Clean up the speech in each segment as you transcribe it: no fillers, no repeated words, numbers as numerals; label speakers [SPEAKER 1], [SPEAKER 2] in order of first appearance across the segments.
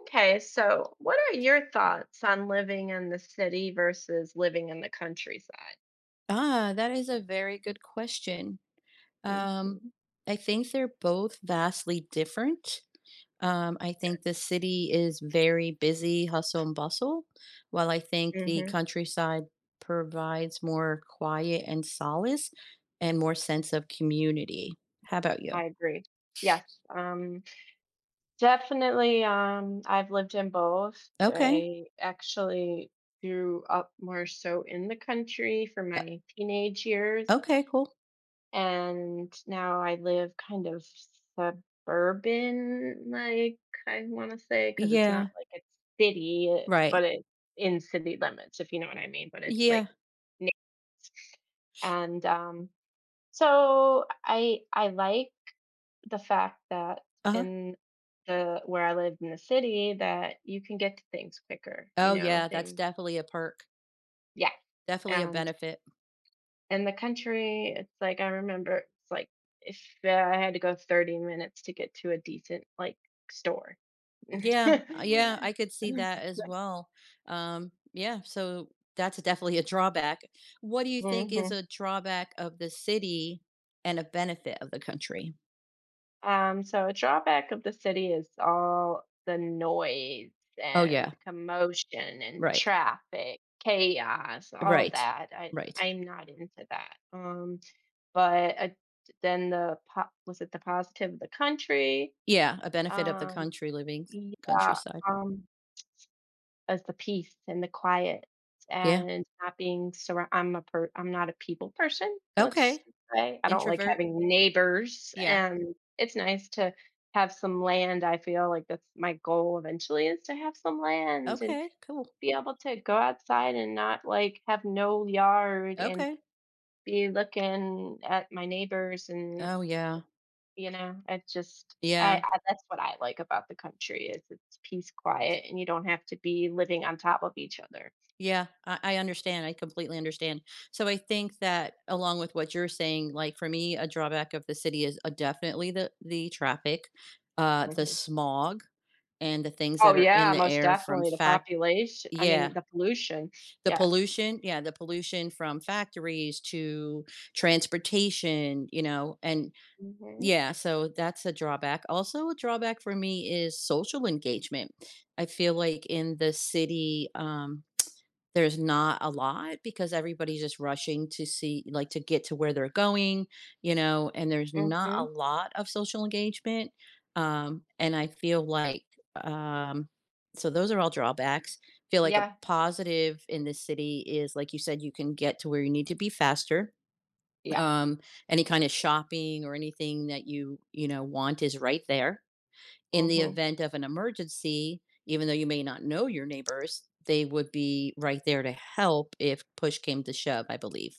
[SPEAKER 1] Okay, so what are your thoughts on living in the city versus living in the countryside?
[SPEAKER 2] Ah, that is a very good question. Um,
[SPEAKER 1] Hmm.
[SPEAKER 2] I think they're both vastly different. I think the city is very busy, hustle and bustle, while I think
[SPEAKER 1] Yeah.
[SPEAKER 2] the
[SPEAKER 1] Hmm.
[SPEAKER 2] countryside provides more quiet and solace and more sense of community. How about you?
[SPEAKER 1] I agree. Yes. Um, Definitely. I've lived in both.
[SPEAKER 2] Okay.
[SPEAKER 1] I actually grew up more so in the country for
[SPEAKER 2] Uh,
[SPEAKER 1] my teenage years,
[SPEAKER 2] okay, cool.
[SPEAKER 1] and now I live kind of suburban, like I want to say, because it's not
[SPEAKER 2] Yeah,
[SPEAKER 1] like it's city,
[SPEAKER 2] right.
[SPEAKER 1] but it's in city limits, if you know what I mean. But it's
[SPEAKER 2] Yeah.
[SPEAKER 1] like, na- and so I like the fact that
[SPEAKER 2] Uh-huh.
[SPEAKER 1] in the where I live in the city, that you can get to things quicker, you
[SPEAKER 2] Oh,
[SPEAKER 1] know,
[SPEAKER 2] yeah, that's
[SPEAKER 1] things.
[SPEAKER 2] definitely a perk,
[SPEAKER 1] Yeah,
[SPEAKER 2] definitely a
[SPEAKER 1] and
[SPEAKER 2] benefit.
[SPEAKER 1] in the country, it's like I remember it's like if I had to go 30 minutes to get to a decent like store.
[SPEAKER 2] Yeah, yeah, I could see that
[SPEAKER 1] Hmm.
[SPEAKER 2] as well. Yeah, so that's definitely a drawback. What do you think is a drawback of the city and a benefit of the country?
[SPEAKER 1] So a drawback of the city is all the noise
[SPEAKER 2] Oh yeah,
[SPEAKER 1] and commotion and
[SPEAKER 2] right.
[SPEAKER 1] traffic, chaos, all
[SPEAKER 2] Right.
[SPEAKER 1] that. I
[SPEAKER 2] Right.
[SPEAKER 1] I'm not into that. But then was it the positive of the country?
[SPEAKER 2] Yeah, a benefit of the
[SPEAKER 1] Um,
[SPEAKER 2] country living
[SPEAKER 1] yeah.
[SPEAKER 2] countryside.
[SPEAKER 1] Um, as the peace and the quiet,
[SPEAKER 2] Yeah.
[SPEAKER 1] and not being surround I'm a per I'm not a people person, let's
[SPEAKER 2] Okay.
[SPEAKER 1] just say. I don't like
[SPEAKER 2] Introvert.
[SPEAKER 1] having neighbors,
[SPEAKER 2] Yeah.
[SPEAKER 1] and it's nice to have some land. I feel like that's my goal eventually, is to have some land and
[SPEAKER 2] Okay, cool.
[SPEAKER 1] be able to go outside and not, like, have no yard and
[SPEAKER 2] Okay.
[SPEAKER 1] be looking at my neighbors and,
[SPEAKER 2] Oh yeah.
[SPEAKER 1] you know, it just I
[SPEAKER 2] Yeah.
[SPEAKER 1] I that's what I like about the country is it's peace, quiet, and you don't have to be living on top of each other.
[SPEAKER 2] Yeah, I understand. I completely understand. So I think that along with what you're saying, like for me, a drawback of the city is definitely the traffic, the
[SPEAKER 1] Mhm.
[SPEAKER 2] smog, and the things that
[SPEAKER 1] Oh,
[SPEAKER 2] are in
[SPEAKER 1] yeah,
[SPEAKER 2] the
[SPEAKER 1] most
[SPEAKER 2] air from
[SPEAKER 1] definitely the
[SPEAKER 2] fact.
[SPEAKER 1] population, I
[SPEAKER 2] Yeah,
[SPEAKER 1] mean, the pollution,
[SPEAKER 2] the
[SPEAKER 1] yes.
[SPEAKER 2] pollution. Yeah, the pollution from factories to transportation. You know, and
[SPEAKER 1] Mhm,
[SPEAKER 2] yeah, so that's a drawback. Also, a drawback for me is social engagement. I feel like in the city, there's not a lot because everybody's just rushing to see like, to get to where they're going, you know, and there's not a
[SPEAKER 1] mhm,
[SPEAKER 2] lot of social engagement, and I feel like, um so those are all drawbacks. Feel like a
[SPEAKER 1] yeah,
[SPEAKER 2] positive in this city is, like you said, you can get to where you need to be faster.
[SPEAKER 1] yeah,
[SPEAKER 2] Um, any kind of shopping or anything that you know, want is right there in the
[SPEAKER 1] mhm,
[SPEAKER 2] event of an emergency, even though you may not know your neighbors, they would be right there to help if push came to shove, I believe.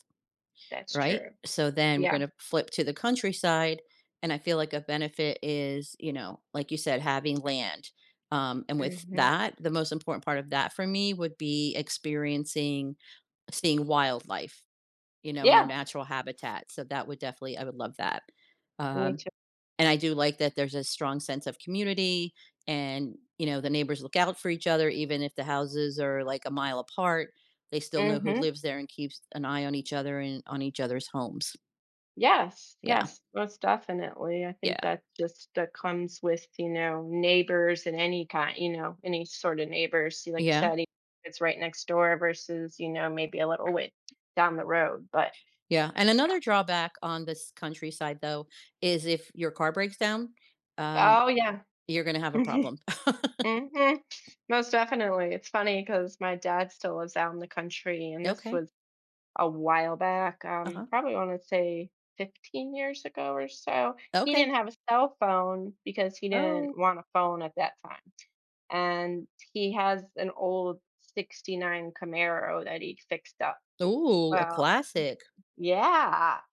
[SPEAKER 1] that's
[SPEAKER 2] Right.
[SPEAKER 1] true.
[SPEAKER 2] So then we're
[SPEAKER 1] Yeah,
[SPEAKER 2] going to flip to the countryside. And I feel like a benefit is, you know, like you said, having land. And with
[SPEAKER 1] mhm,
[SPEAKER 2] that, the most important part of that for me would be experiencing seeing wildlife, you know, in their
[SPEAKER 1] yeah,
[SPEAKER 2] natural habitat. So that would definitely, I would love that.
[SPEAKER 1] me
[SPEAKER 2] Um,
[SPEAKER 1] too.
[SPEAKER 2] and I do like that there's a strong sense of community and, you know, the neighbors look out for each other, even if the houses are like a mile apart. They still know who
[SPEAKER 1] Mhm,
[SPEAKER 2] lives there and keeps an eye on each other and on each other's homes.
[SPEAKER 1] yes,
[SPEAKER 2] Yeah.
[SPEAKER 1] yes, most definitely. I think
[SPEAKER 2] Yeah.
[SPEAKER 1] that just that comes with, you know, neighbors and any sort of neighbors, you like you
[SPEAKER 2] Yeah.
[SPEAKER 1] said, if it's right next door versus, you know, maybe a little way down the road, but
[SPEAKER 2] Yeah. And another drawback on this countryside, though, is if your car breaks down, um,
[SPEAKER 1] oh, yeah.
[SPEAKER 2] you're going to have a problem.
[SPEAKER 1] Mhm. Most definitely. It's funny because my dad still lives out in the country, and this
[SPEAKER 2] Okay.
[SPEAKER 1] was a while back.
[SPEAKER 2] Uh huh.
[SPEAKER 1] Probably want to say 15 years ago or so. He
[SPEAKER 2] Okay.
[SPEAKER 1] didn't have a cell phone because he didn't
[SPEAKER 2] Oh.
[SPEAKER 1] want a phone at that time. And he has an old 69 Camaro that he fixed up.
[SPEAKER 2] Ooh, a
[SPEAKER 1] Well,
[SPEAKER 2] classic.
[SPEAKER 1] yeah.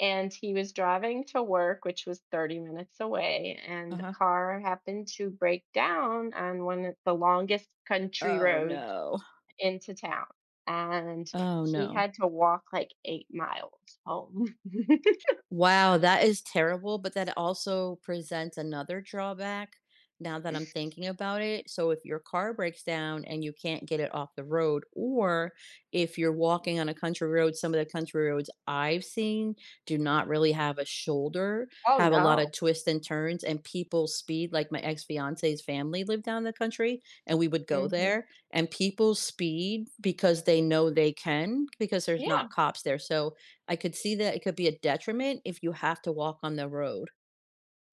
[SPEAKER 1] And he was driving to work, which was 30 minutes away, and
[SPEAKER 2] Uh
[SPEAKER 1] the
[SPEAKER 2] huh.
[SPEAKER 1] car happened to break down on one of the longest country
[SPEAKER 2] Oh,
[SPEAKER 1] roads
[SPEAKER 2] no.
[SPEAKER 1] into town, and
[SPEAKER 2] Oh,
[SPEAKER 1] he
[SPEAKER 2] no.
[SPEAKER 1] had to walk, like, 8 miles home.
[SPEAKER 2] Wow, that is terrible, but that also presents another drawback now that I'm thinking about it. So if your car breaks down and you can't get it off the road, or if you're walking on a country road, some of the country roads I've seen do not really have a shoulder,
[SPEAKER 1] Oh,
[SPEAKER 2] have a lot of
[SPEAKER 1] no.
[SPEAKER 2] twists and turns, and people speed. Like my ex fiance's family lived down the country, and we would go
[SPEAKER 1] Mhm.
[SPEAKER 2] there, and people speed because they know they can, because there's not
[SPEAKER 1] Yeah.
[SPEAKER 2] cops there. So I could see that it could be a detriment if you have to walk on the road.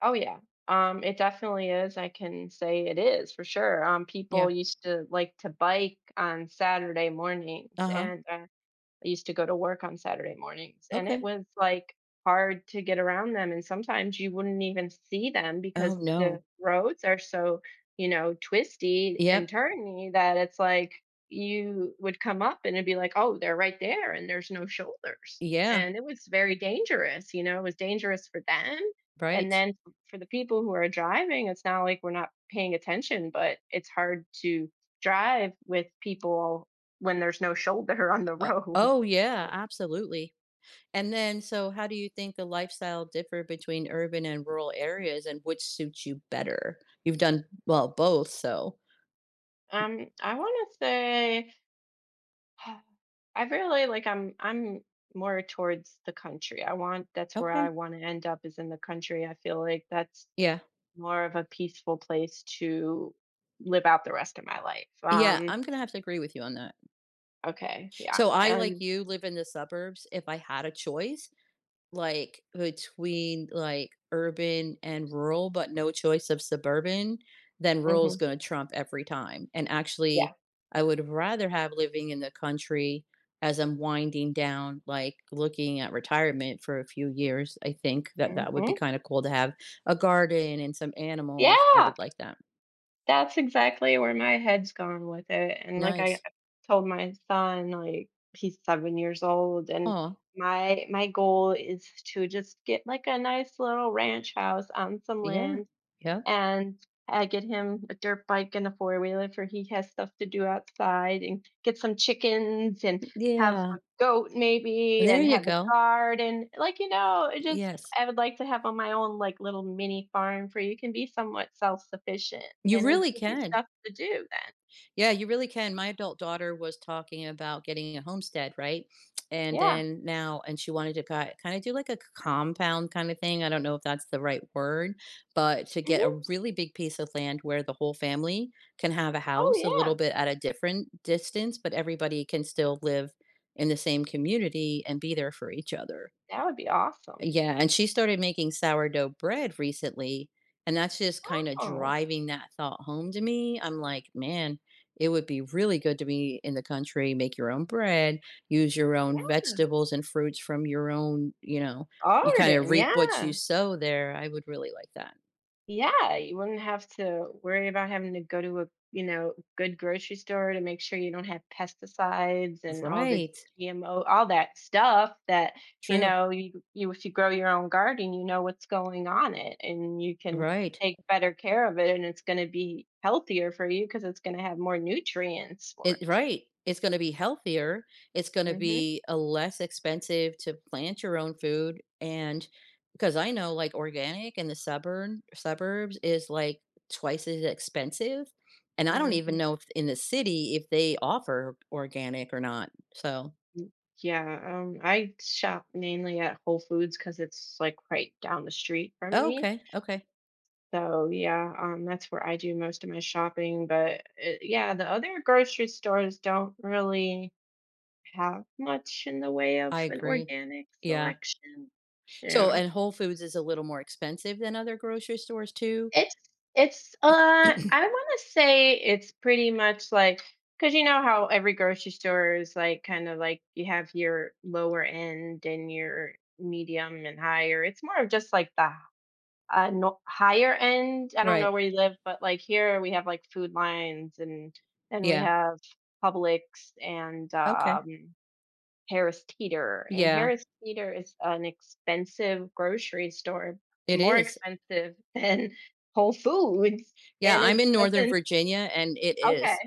[SPEAKER 1] Oh, yeah. It definitely is. I can say it is for sure.
[SPEAKER 2] Yeah.
[SPEAKER 1] People used to like to bike on Saturday mornings,
[SPEAKER 2] Uh-huh.
[SPEAKER 1] and I used to go to work on Saturday mornings, and it
[SPEAKER 2] Okay.
[SPEAKER 1] was like hard to get around them. And sometimes you wouldn't even see them
[SPEAKER 2] Oh,
[SPEAKER 1] because the
[SPEAKER 2] no.
[SPEAKER 1] roads are so, you know, twisty and
[SPEAKER 2] Yep.
[SPEAKER 1] turny, that it's like you would come up and it'd be like, oh, they're right there and there's no shoulders.
[SPEAKER 2] Yeah.
[SPEAKER 1] And it was very dangerous, you know, it was dangerous for them. And
[SPEAKER 2] Right.
[SPEAKER 1] then for the people who are driving, it's not like we're not paying attention, but it's hard to drive with people when there's no shoulder on the road.
[SPEAKER 2] Oh, yeah. Absolutely. And then, so how do you think the lifestyle differ between urban and rural areas and which suits you better? You've done well both, so
[SPEAKER 1] I want to say I really like, I'm more towards the country. I want That's where
[SPEAKER 2] okay.
[SPEAKER 1] I want to end up, is in the country. I feel like that's
[SPEAKER 2] Yeah.
[SPEAKER 1] more of a peaceful place to live out the rest of my life.
[SPEAKER 2] Yeah, I'm gonna have to agree with you on that.
[SPEAKER 1] Okay, yeah.
[SPEAKER 2] So I like
[SPEAKER 1] And
[SPEAKER 2] you live in the suburbs. If I had a choice, like between like urban and rural, but no choice of suburban, then rural is
[SPEAKER 1] mhm,
[SPEAKER 2] going to trump every time. And
[SPEAKER 1] yeah.
[SPEAKER 2] actually, I would rather have living in the country as I'm winding down, like looking at retirement for a few years. I think that that would be
[SPEAKER 1] Mhm.
[SPEAKER 2] kind of cool to have a garden and some animals. I would
[SPEAKER 1] Yeah.
[SPEAKER 2] like that.
[SPEAKER 1] That's exactly where my head's gone with it, and, like, I
[SPEAKER 2] Nice.
[SPEAKER 1] told my son, like, he's 7 years old, and
[SPEAKER 2] Oh,
[SPEAKER 1] my goal is to just get, like, a nice little ranch house on some
[SPEAKER 2] yeah.
[SPEAKER 1] land,
[SPEAKER 2] Yeah,
[SPEAKER 1] and I get him a dirt bike and a four wheeler for he has stuff to do outside, and get some chickens, and have
[SPEAKER 2] yeah.
[SPEAKER 1] a goat maybe,
[SPEAKER 2] There
[SPEAKER 1] and
[SPEAKER 2] you
[SPEAKER 1] have a
[SPEAKER 2] go.
[SPEAKER 1] garden. Like, you know, it just
[SPEAKER 2] Yes.
[SPEAKER 1] I would like to have on my own like little mini farm for you can be somewhat self sufficient,
[SPEAKER 2] You
[SPEAKER 1] and it would
[SPEAKER 2] really
[SPEAKER 1] give you
[SPEAKER 2] can.
[SPEAKER 1] stuff to do then.
[SPEAKER 2] Yeah, you really can. My adult daughter was talking about getting a homestead, right? And
[SPEAKER 1] Yeah.
[SPEAKER 2] then now, and she wanted to kind of do like a compound kind of thing. I don't know if that's the right word, but to get
[SPEAKER 1] Hmm.
[SPEAKER 2] a really big piece of land where the whole family can have a
[SPEAKER 1] Oh,
[SPEAKER 2] house a little
[SPEAKER 1] yeah.
[SPEAKER 2] bit at a different distance, but everybody can still live in the same community and be there for each other.
[SPEAKER 1] That would be awesome.
[SPEAKER 2] Yeah, and she started making sourdough bread recently, and that's just kinda
[SPEAKER 1] Oh,
[SPEAKER 2] driving that thought home to me. I'm like, "Man, it would be really good to be in the country, make your own bread, use your
[SPEAKER 1] yeah.
[SPEAKER 2] own vegetables and fruits from your own, you know, you kinda
[SPEAKER 1] Garden,
[SPEAKER 2] reap what you
[SPEAKER 1] yeah.
[SPEAKER 2] sow there." I would really like that.
[SPEAKER 1] Yeah, you wouldn't have to worry about having to go to a, you know, good grocery store to make sure you don't have pesticides and all the
[SPEAKER 2] Right.
[SPEAKER 1] GMO, all that stuff that, you
[SPEAKER 2] True.
[SPEAKER 1] know, you if you grow your own garden, you know what's going on it, and you can
[SPEAKER 2] Right.
[SPEAKER 1] take better care of it, and it's going to be healthier for you because it's going to have more nutrients for
[SPEAKER 2] It right. It's gonna be healthier. It's gonna
[SPEAKER 1] it.
[SPEAKER 2] be, a less expensive to plant your own food, and because I know, like, organic in the suburbs is, like, twice as expensive, and I don't
[SPEAKER 1] Hmm.
[SPEAKER 2] even
[SPEAKER 1] Hmm.
[SPEAKER 2] know if in the city if they offer organic or not, so
[SPEAKER 1] Yeah, I shop mainly at Whole Foods because it's like right down the street from
[SPEAKER 2] oh,
[SPEAKER 1] me.
[SPEAKER 2] okay, okay.
[SPEAKER 1] So yeah, that's where I do most of my shopping. But yeah, the other grocery stores don't really have much in the way of
[SPEAKER 2] I
[SPEAKER 1] an
[SPEAKER 2] agree.
[SPEAKER 1] organic
[SPEAKER 2] Yeah.
[SPEAKER 1] selection.
[SPEAKER 2] So
[SPEAKER 1] Yeah,
[SPEAKER 2] and Whole Foods is a little more expensive than other grocery stores too?
[SPEAKER 1] it's it's I want to say it's pretty much like because you know how every grocery store is like kind of like you have your lower end and your medium and higher. It's more of just like the no, higher end. I don't
[SPEAKER 2] Right.
[SPEAKER 1] know where you live, but like here we have like food lines, and then we
[SPEAKER 2] Yeah.
[SPEAKER 1] have Publix, and
[SPEAKER 2] Okay.
[SPEAKER 1] Harris Teeter, and
[SPEAKER 2] Yeah,
[SPEAKER 1] Harris Teeter is an expensive grocery store,
[SPEAKER 2] it
[SPEAKER 1] more
[SPEAKER 2] is.
[SPEAKER 1] expensive than Whole Foods,
[SPEAKER 2] Yeah,
[SPEAKER 1] and
[SPEAKER 2] I'm
[SPEAKER 1] it
[SPEAKER 2] in Northern
[SPEAKER 1] doesn't,
[SPEAKER 2] Virginia and it
[SPEAKER 1] okay,
[SPEAKER 2] is.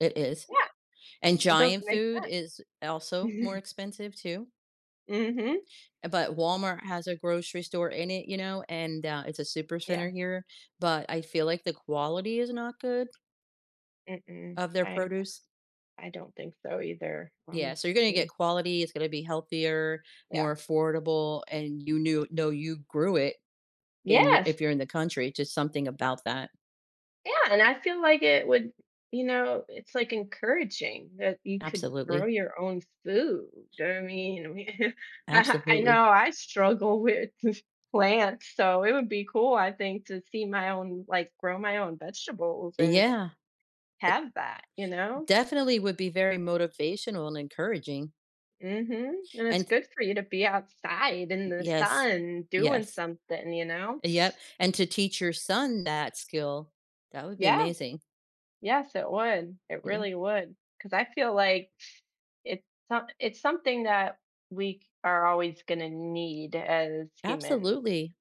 [SPEAKER 2] It is.
[SPEAKER 1] yeah,
[SPEAKER 2] And
[SPEAKER 1] it
[SPEAKER 2] Giant
[SPEAKER 1] doesn't make
[SPEAKER 2] Food is also
[SPEAKER 1] sense.
[SPEAKER 2] more expensive too.
[SPEAKER 1] Mhm.
[SPEAKER 2] But Walmart has a grocery store in it, you know, and it's a super
[SPEAKER 1] Yeah.
[SPEAKER 2] center here. But I feel like the quality is not good
[SPEAKER 1] Mm-mm.
[SPEAKER 2] of their
[SPEAKER 1] i
[SPEAKER 2] produce.
[SPEAKER 1] i don't think so either.
[SPEAKER 2] Yeah, so you're going
[SPEAKER 1] I
[SPEAKER 2] to
[SPEAKER 1] mean,
[SPEAKER 2] get quality. It's going to be healthier,
[SPEAKER 1] yeah,
[SPEAKER 2] more affordable, and you knew know you grew it in your
[SPEAKER 1] yes.
[SPEAKER 2] if you're in the country. Just something about that.
[SPEAKER 1] Yeah, and I feel like it would, you know, it's like encouraging that you could grow
[SPEAKER 2] Absolutely,
[SPEAKER 1] your own food. I mean, I
[SPEAKER 2] absolutely.
[SPEAKER 1] know I struggle with plants, so it would be cool, I think, to see my own, like, grow my own vegetables and
[SPEAKER 2] Yeah,
[SPEAKER 1] have that, you know?
[SPEAKER 2] definitely would be very motivational and encouraging,
[SPEAKER 1] Mm-hmm. And it's
[SPEAKER 2] and
[SPEAKER 1] good for you to be outside in the
[SPEAKER 2] yes,
[SPEAKER 1] sun doing
[SPEAKER 2] yes,
[SPEAKER 1] something, you know?
[SPEAKER 2] yep, and to teach your son that skill, that would be
[SPEAKER 1] Yeah,
[SPEAKER 2] amazing.
[SPEAKER 1] yes, it would. It
[SPEAKER 2] Yeah,
[SPEAKER 1] really would. Because I feel like it's something that we c are always gonna need as humans.
[SPEAKER 2] absolutely,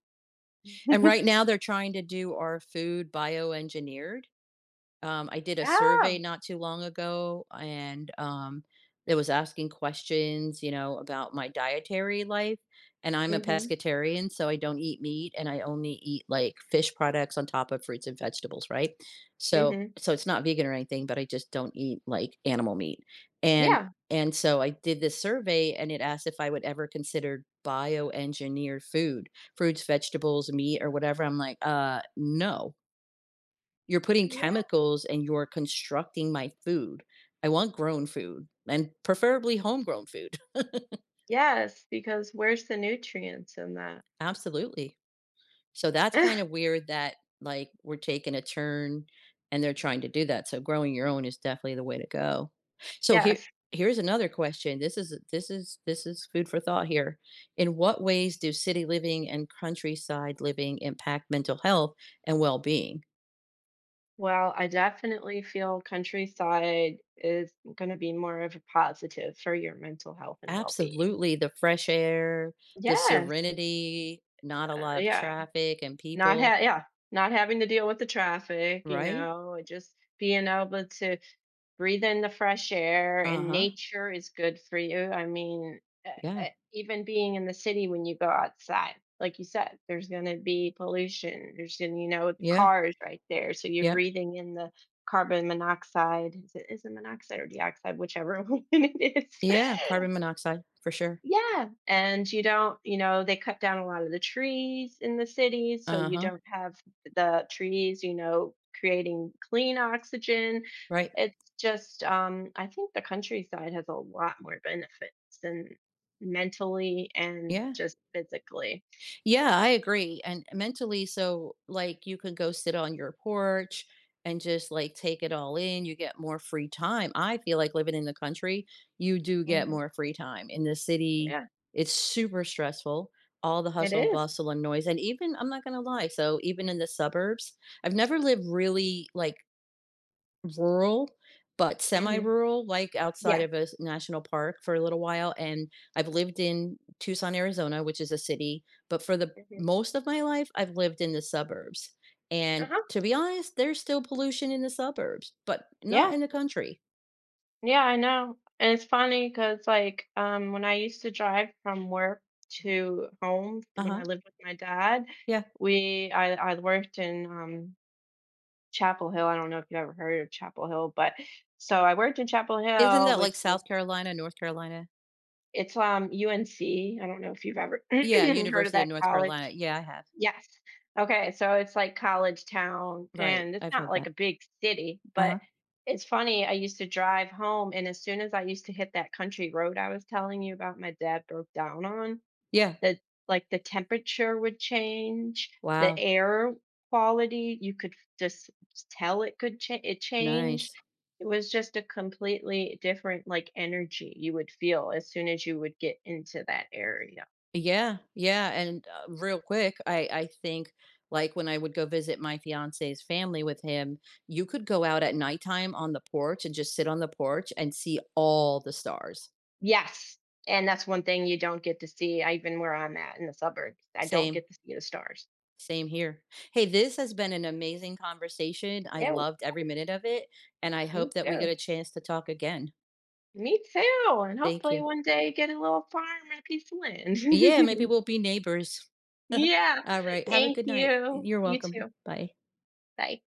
[SPEAKER 2] and right now they're trying to do our food bioengineered. I did a survey
[SPEAKER 1] Oh.
[SPEAKER 2] not too long ago, and it was asking questions, you know, about my dietary life. And I'm a
[SPEAKER 1] Mhm,
[SPEAKER 2] pescatarian, so I don't eat meat, and I only eat like fish products on top of fruits and vegetables, right? So,
[SPEAKER 1] mhm.
[SPEAKER 2] so it's not vegan or anything, but I just don't eat like animal meat. And
[SPEAKER 1] Yeah.
[SPEAKER 2] and so I did this survey, and it asked if I would ever consider bioengineered food, fruits, vegetables, meat, or whatever. I'm like, no, you're putting
[SPEAKER 1] Yeah.
[SPEAKER 2] chemicals and you're constructing my food. I want grown food and preferably homegrown food.
[SPEAKER 1] Yes, because where's the nutrients in that?
[SPEAKER 2] Absolutely. So that's kind of weird that like we're taking a turn and they're trying to do that. So growing your own is definitely the way to go. So here
[SPEAKER 1] Yes.
[SPEAKER 2] here's another question. This is food for thought here. In what ways do city living and countryside living impact mental health and well-being?
[SPEAKER 1] Well, I definitely feel countryside is gonna be more of a positive for your mental health and well-being.
[SPEAKER 2] Absolutely, the fresh air, the
[SPEAKER 1] Yes,
[SPEAKER 2] serenity, not a lot of
[SPEAKER 1] yeah.
[SPEAKER 2] traffic and
[SPEAKER 1] Not
[SPEAKER 2] people,
[SPEAKER 1] ha yeah, not having to deal with the traffic, you
[SPEAKER 2] right?
[SPEAKER 1] know, just being able to breathe in the fresh air, and
[SPEAKER 2] Uh-huh,
[SPEAKER 1] nature is good for you, I mean,
[SPEAKER 2] yeah,
[SPEAKER 1] even being in the city when you go outside, like you said, there's going to be pollution, there's going to, you know,
[SPEAKER 2] yeah,
[SPEAKER 1] cars right there, so you're
[SPEAKER 2] yep,
[SPEAKER 1] breathing in the carbon monoxide, is it monoxide or dioxide, whichever one it is.
[SPEAKER 2] yeah, carbon monoxide for sure.
[SPEAKER 1] Yeah, and you don't, you know, they cut down a lot of the trees in the cities, so you
[SPEAKER 2] Uh-huh,
[SPEAKER 1] don't have the trees, you know, creating clean oxygen.
[SPEAKER 2] right,
[SPEAKER 1] It's just, I think the countryside has a lot more benefits than mentally and
[SPEAKER 2] yeah.
[SPEAKER 1] just physically.
[SPEAKER 2] Yeah, I agree. And mentally, so like you can go sit on your porch and just like take it all in. You get more free time. I feel like living in the country, you do get
[SPEAKER 1] Mhm.
[SPEAKER 2] more free time. In the city,
[SPEAKER 1] Yeah,
[SPEAKER 2] it's super stressful. All the
[SPEAKER 1] it
[SPEAKER 2] hustle and
[SPEAKER 1] is.
[SPEAKER 2] bustle and noise. And even, I'm not going to lie. So, even in the suburbs, I've never lived really like rural, but
[SPEAKER 1] Mhm.
[SPEAKER 2] semi-rural, like outside
[SPEAKER 1] Yeah.
[SPEAKER 2] of a national park for a little while. And I've lived in Tucson, Arizona, which is a city, but for the
[SPEAKER 1] Mhm.
[SPEAKER 2] most of my life, I've lived in the suburbs. And
[SPEAKER 1] Uh-huh.
[SPEAKER 2] to be honest, there's still pollution in the suburbs, but not
[SPEAKER 1] Yeah.
[SPEAKER 2] in the country.
[SPEAKER 1] Yeah, I know. And it's funny because like, when I used to drive from work to home
[SPEAKER 2] Uh
[SPEAKER 1] when
[SPEAKER 2] huh.
[SPEAKER 1] I lived with my dad,
[SPEAKER 2] Yeah.
[SPEAKER 1] we I worked in, Chapel Hill. I don't know if you've ever heard of Chapel Hill, but so I worked in Chapel
[SPEAKER 2] Isn't
[SPEAKER 1] Hill,
[SPEAKER 2] that like
[SPEAKER 1] which was
[SPEAKER 2] South Carolina, North Carolina?
[SPEAKER 1] it's, UNC. I don't know if you've ever
[SPEAKER 2] Yeah.
[SPEAKER 1] heard of
[SPEAKER 2] University of
[SPEAKER 1] that
[SPEAKER 2] North Carolina.
[SPEAKER 1] college.
[SPEAKER 2] Yeah, I have.
[SPEAKER 1] Yes. Okay, so it's like college town,
[SPEAKER 2] Right.
[SPEAKER 1] and it's
[SPEAKER 2] I've
[SPEAKER 1] not
[SPEAKER 2] heard
[SPEAKER 1] like
[SPEAKER 2] that.
[SPEAKER 1] a big city,
[SPEAKER 2] Uh
[SPEAKER 1] but
[SPEAKER 2] huh.
[SPEAKER 1] it's funny, I used to drive home, and as soon as I used to hit that country road I was telling you about my dad broke down on,
[SPEAKER 2] Yeah.
[SPEAKER 1] the like the temperature would change, the
[SPEAKER 2] Wow.
[SPEAKER 1] air quality, you could just tell it changed.
[SPEAKER 2] Nice.
[SPEAKER 1] It was just a completely different like energy you would feel as soon as you would get into that area.
[SPEAKER 2] Yeah, yeah, and, real quick, I think, like, when I would go visit my fiance's family with him, you could go out at nighttime on the porch and just sit on the porch and see all the stars.
[SPEAKER 1] Yes. And that's one thing you don't get to see, I even where I'm at in the suburbs, I don't
[SPEAKER 2] Same,
[SPEAKER 1] get to see the stars.
[SPEAKER 2] same here. Hey, this has been an amazing conversation. I
[SPEAKER 1] Yeah,
[SPEAKER 2] loved every minute of it, and I
[SPEAKER 1] me
[SPEAKER 2] hope that we get
[SPEAKER 1] too.
[SPEAKER 2] a chance to talk again.
[SPEAKER 1] Me too, and
[SPEAKER 2] Thank
[SPEAKER 1] hopefully
[SPEAKER 2] you.
[SPEAKER 1] one day get a little farm and a piece of land.
[SPEAKER 2] Yeah, maybe we'll be neighbors.
[SPEAKER 1] Yeah.
[SPEAKER 2] Alright, have a
[SPEAKER 1] Thank
[SPEAKER 2] good night.
[SPEAKER 1] you.
[SPEAKER 2] You're
[SPEAKER 1] You
[SPEAKER 2] welcome.
[SPEAKER 1] too.
[SPEAKER 2] Bye.
[SPEAKER 1] Bye.